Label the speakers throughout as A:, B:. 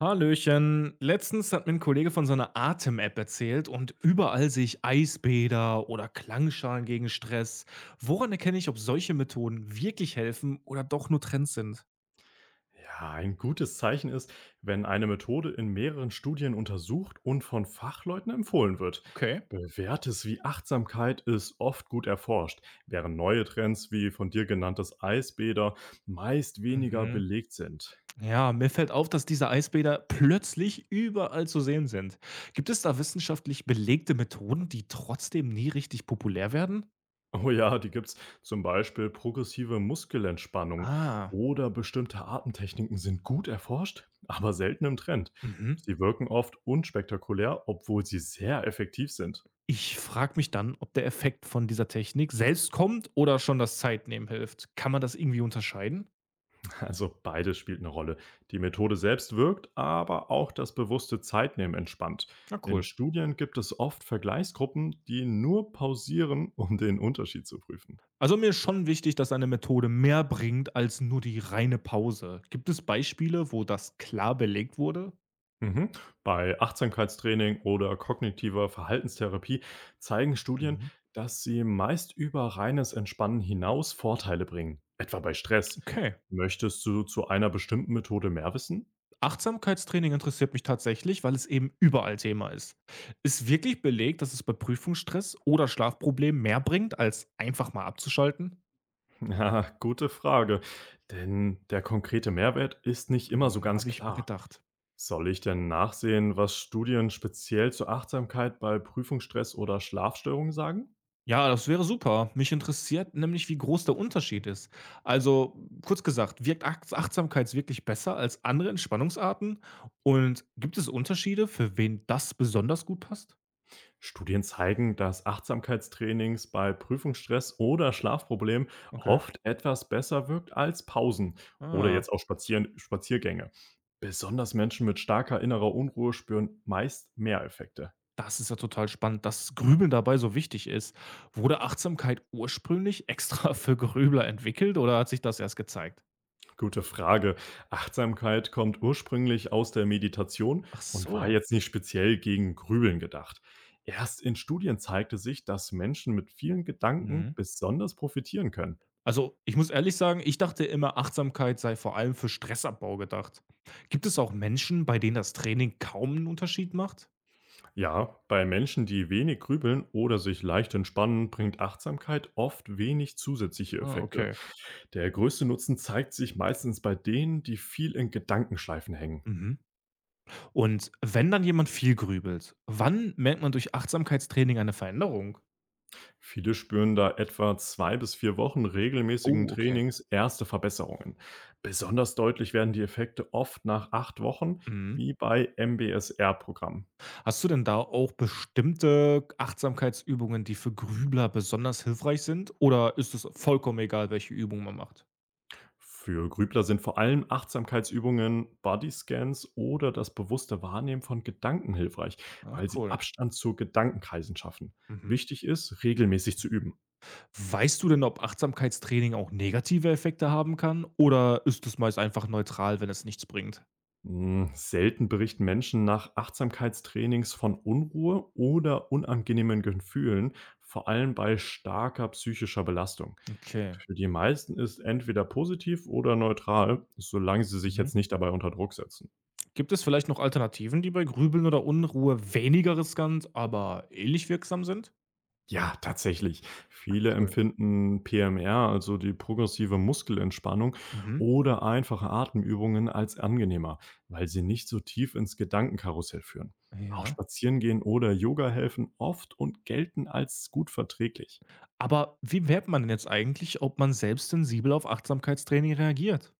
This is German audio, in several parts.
A: Hallöchen. Letztens hat mir ein Kollege von seiner Atem-App erzählt und überall sehe ich Eisbäder oder Klangschalen gegen Stress. Woran erkenne ich, ob solche Methoden wirklich helfen oder doch nur Trends sind?
B: Ja, ein gutes Zeichen ist, wenn eine Methode in mehreren Studien untersucht und von Fachleuten empfohlen wird.
A: Okay.
B: Bewährtes wie Achtsamkeit ist oft gut erforscht, während neue Trends wie von dir genanntes Eisbäder meist weniger
A: Mhm.
B: belegt sind.
A: Ja, mir fällt auf, dass diese Eisbäder plötzlich überall zu sehen sind. Gibt es da wissenschaftlich belegte Methoden, die trotzdem nie richtig populär werden?
B: Oh ja, die gibt's zum Beispiel progressive Muskelentspannung
A: Ah.
B: oder bestimmte Atemtechniken sind gut erforscht, aber selten im Trend.
A: Mhm.
B: Sie wirken oft unspektakulär, obwohl sie sehr effektiv sind.
A: Ich frage mich dann, ob der Effekt von dieser Technik selbst kommt oder schon das Zeitnehmen hilft. Kann man das irgendwie unterscheiden?
B: Also beides spielt eine Rolle. Die Methode selbst wirkt, aber auch das bewusste Zeitnehmen entspannt.
A: Na,
B: In
A: cool.
B: Studien gibt es oft Vergleichsgruppen, die nur pausieren, um den Unterschied zu prüfen.
A: Also mir ist schon wichtig, dass eine Methode mehr bringt als nur die reine Pause. Gibt es Beispiele, wo das klar belegt wurde?
B: Mhm. Bei Achtsamkeitstraining oder kognitiver Verhaltenstherapie zeigen Studien,
A: Mhm.
B: dass sie meist über reines Entspannen hinaus Vorteile bringen, etwa bei Stress.
A: Okay.
B: Möchtest du zu einer bestimmten Methode mehr wissen?
A: Achtsamkeitstraining interessiert mich tatsächlich, weil es eben überall Thema ist. Ist wirklich belegt, dass es bei Prüfungsstress oder Schlafproblemen mehr bringt, als einfach mal abzuschalten?
B: Ja, gute Frage. Denn der konkrete Mehrwert ist nicht immer so
A: Hm,
B: ganz
A: habe ich mir
B: klar.
A: gedacht.
B: Soll ich denn nachsehen, was Studien speziell zur Achtsamkeit bei Prüfungsstress oder Schlafstörungen sagen?
A: Ja, das wäre super. Mich interessiert nämlich, wie groß der Unterschied ist. Also, kurz gesagt, wirkt Achtsamkeit wirklich besser als andere Entspannungsarten? Und gibt es Unterschiede, für wen das besonders gut passt?
B: Studien zeigen, dass Achtsamkeitstrainings bei Prüfungsstress oder Schlafproblemen
A: Okay.
B: oft etwas besser wirkt als Pausen oder
A: Ah,
B: jetzt auch Spazieren, Spaziergänge. Besonders Menschen mit starker innerer Unruhe spüren meist mehr Effekte.
A: das ist ja total spannend, dass Grübeln dabei so wichtig ist. Wurde Achtsamkeit ursprünglich extra für Grübler entwickelt oder hat sich das erst gezeigt?
B: Gute Frage. Achtsamkeit kommt ursprünglich aus der Meditation
A: Ach
B: und war
A: so.
B: jetzt nicht speziell gegen Grübeln gedacht. Erst in Studien zeigte sich, dass Menschen mit vielen Gedanken
A: Mhm.
B: besonders profitieren können.
A: Also, ich muss ehrlich sagen, ich dachte immer, Achtsamkeit sei vor allem für Stressabbau gedacht. Gibt es auch Menschen, bei denen das Training kaum einen Unterschied macht?
B: Ja, bei Menschen, die wenig grübeln oder sich leicht entspannen, bringt Achtsamkeit oft wenig zusätzliche
A: Ah,
B: Effekte.
A: okay.
B: Der größte Nutzen zeigt sich meistens bei denen, die viel in Gedankenschleifen hängen.
A: Mhm. Und wenn dann jemand viel grübelt, wann merkt man durch Achtsamkeitstraining eine Veränderung?
B: Viele spüren da etwa 2 bis 4 Wochen regelmäßigen
A: Oh, okay.
B: Trainings erste Verbesserungen. Besonders deutlich werden die Effekte oft nach 8 Wochen,
A: Mhm.
B: wie bei MBSR-Programmen.
A: Hast du denn da auch bestimmte Achtsamkeitsübungen, die für Grübler besonders hilfreich sind? Oder ist es vollkommen egal, welche Übung man macht?
B: Für Grübler sind vor allem Achtsamkeitsübungen, Bodyscans oder das bewusste Wahrnehmen von Gedanken hilfreich,
A: Ach,
B: weil sie
A: cool.
B: Abstand zu Gedankenkreisen schaffen.
A: Mhm.
B: Wichtig ist, regelmäßig zu üben.
A: Weißt du denn, ob Achtsamkeitstraining auch negative Effekte haben kann oder ist es meist einfach neutral, wenn es nichts bringt?
B: Hm, selten berichten Menschen nach Achtsamkeitstrainings von Unruhe oder unangenehmen Gefühlen, vor allem bei starker psychischer Belastung.
A: Okay.
B: Für die meisten ist entweder positiv oder neutral, solange sie sich
A: Mhm.
B: jetzt nicht dabei unter Druck setzen.
A: Gibt es vielleicht noch Alternativen, die bei Grübeln oder Unruhe weniger riskant, aber ähnlich wirksam sind?
B: Ja, tatsächlich. Viele
A: Cool.
B: empfinden PMR, also die progressive Muskelentspannung
A: Mhm.
B: oder einfache Atemübungen als angenehmer, weil sie nicht so tief ins Gedankenkarussell führen. Auch
A: Ja.
B: Spazierengehen oder Yoga helfen oft und gelten als gut verträglich.
A: Aber wie merkt man denn jetzt eigentlich, ob man selbst sensibel auf Achtsamkeitstraining reagiert?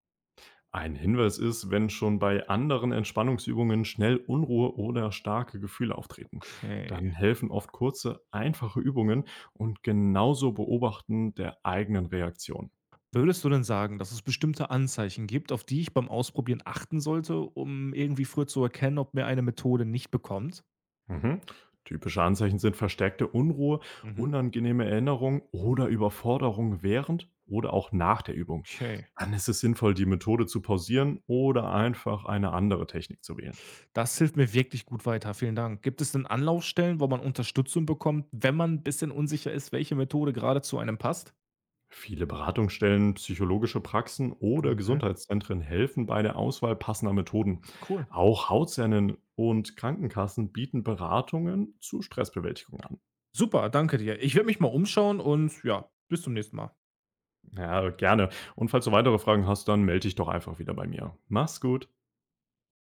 B: Ein Hinweis ist, wenn schon bei anderen Entspannungsübungen schnell Unruhe oder starke Gefühle auftreten,
A: Okay.
B: dann helfen oft kurze, einfache Übungen und genauso beobachten der eigenen Reaktion.
A: Würdest du denn sagen, dass es bestimmte Anzeichen gibt, auf die ich beim Ausprobieren achten sollte, um irgendwie früher zu erkennen, ob mir eine Methode nicht bekommt?
B: Mhm. Typische Anzeichen sind verstärkte Unruhe,
A: Mhm.
B: unangenehme Erinnerungen oder Überforderung während oder auch nach der Übung.
A: Okay.
B: Dann ist es sinnvoll, die Methode zu pausieren oder einfach eine andere Technik zu wählen.
A: Das hilft mir wirklich gut weiter. Vielen Dank. Gibt es denn Anlaufstellen, wo man Unterstützung bekommt, wenn man ein bisschen unsicher ist, welche Methode gerade zu einem passt?
B: Viele Beratungsstellen, psychologische Praxen oder
A: Mhm,
B: Gesundheitszentren helfen bei der Auswahl passender Methoden.
A: cool.
B: Auch Hautzellen und Krankenkassen bieten Beratungen zu Stressbewältigung an.
A: Super, danke dir. Ich werde mich mal umschauen und ja, bis zum nächsten Mal.
B: Ja, gerne. Und falls du weitere Fragen hast, dann melde dich doch einfach wieder bei mir. Mach's gut.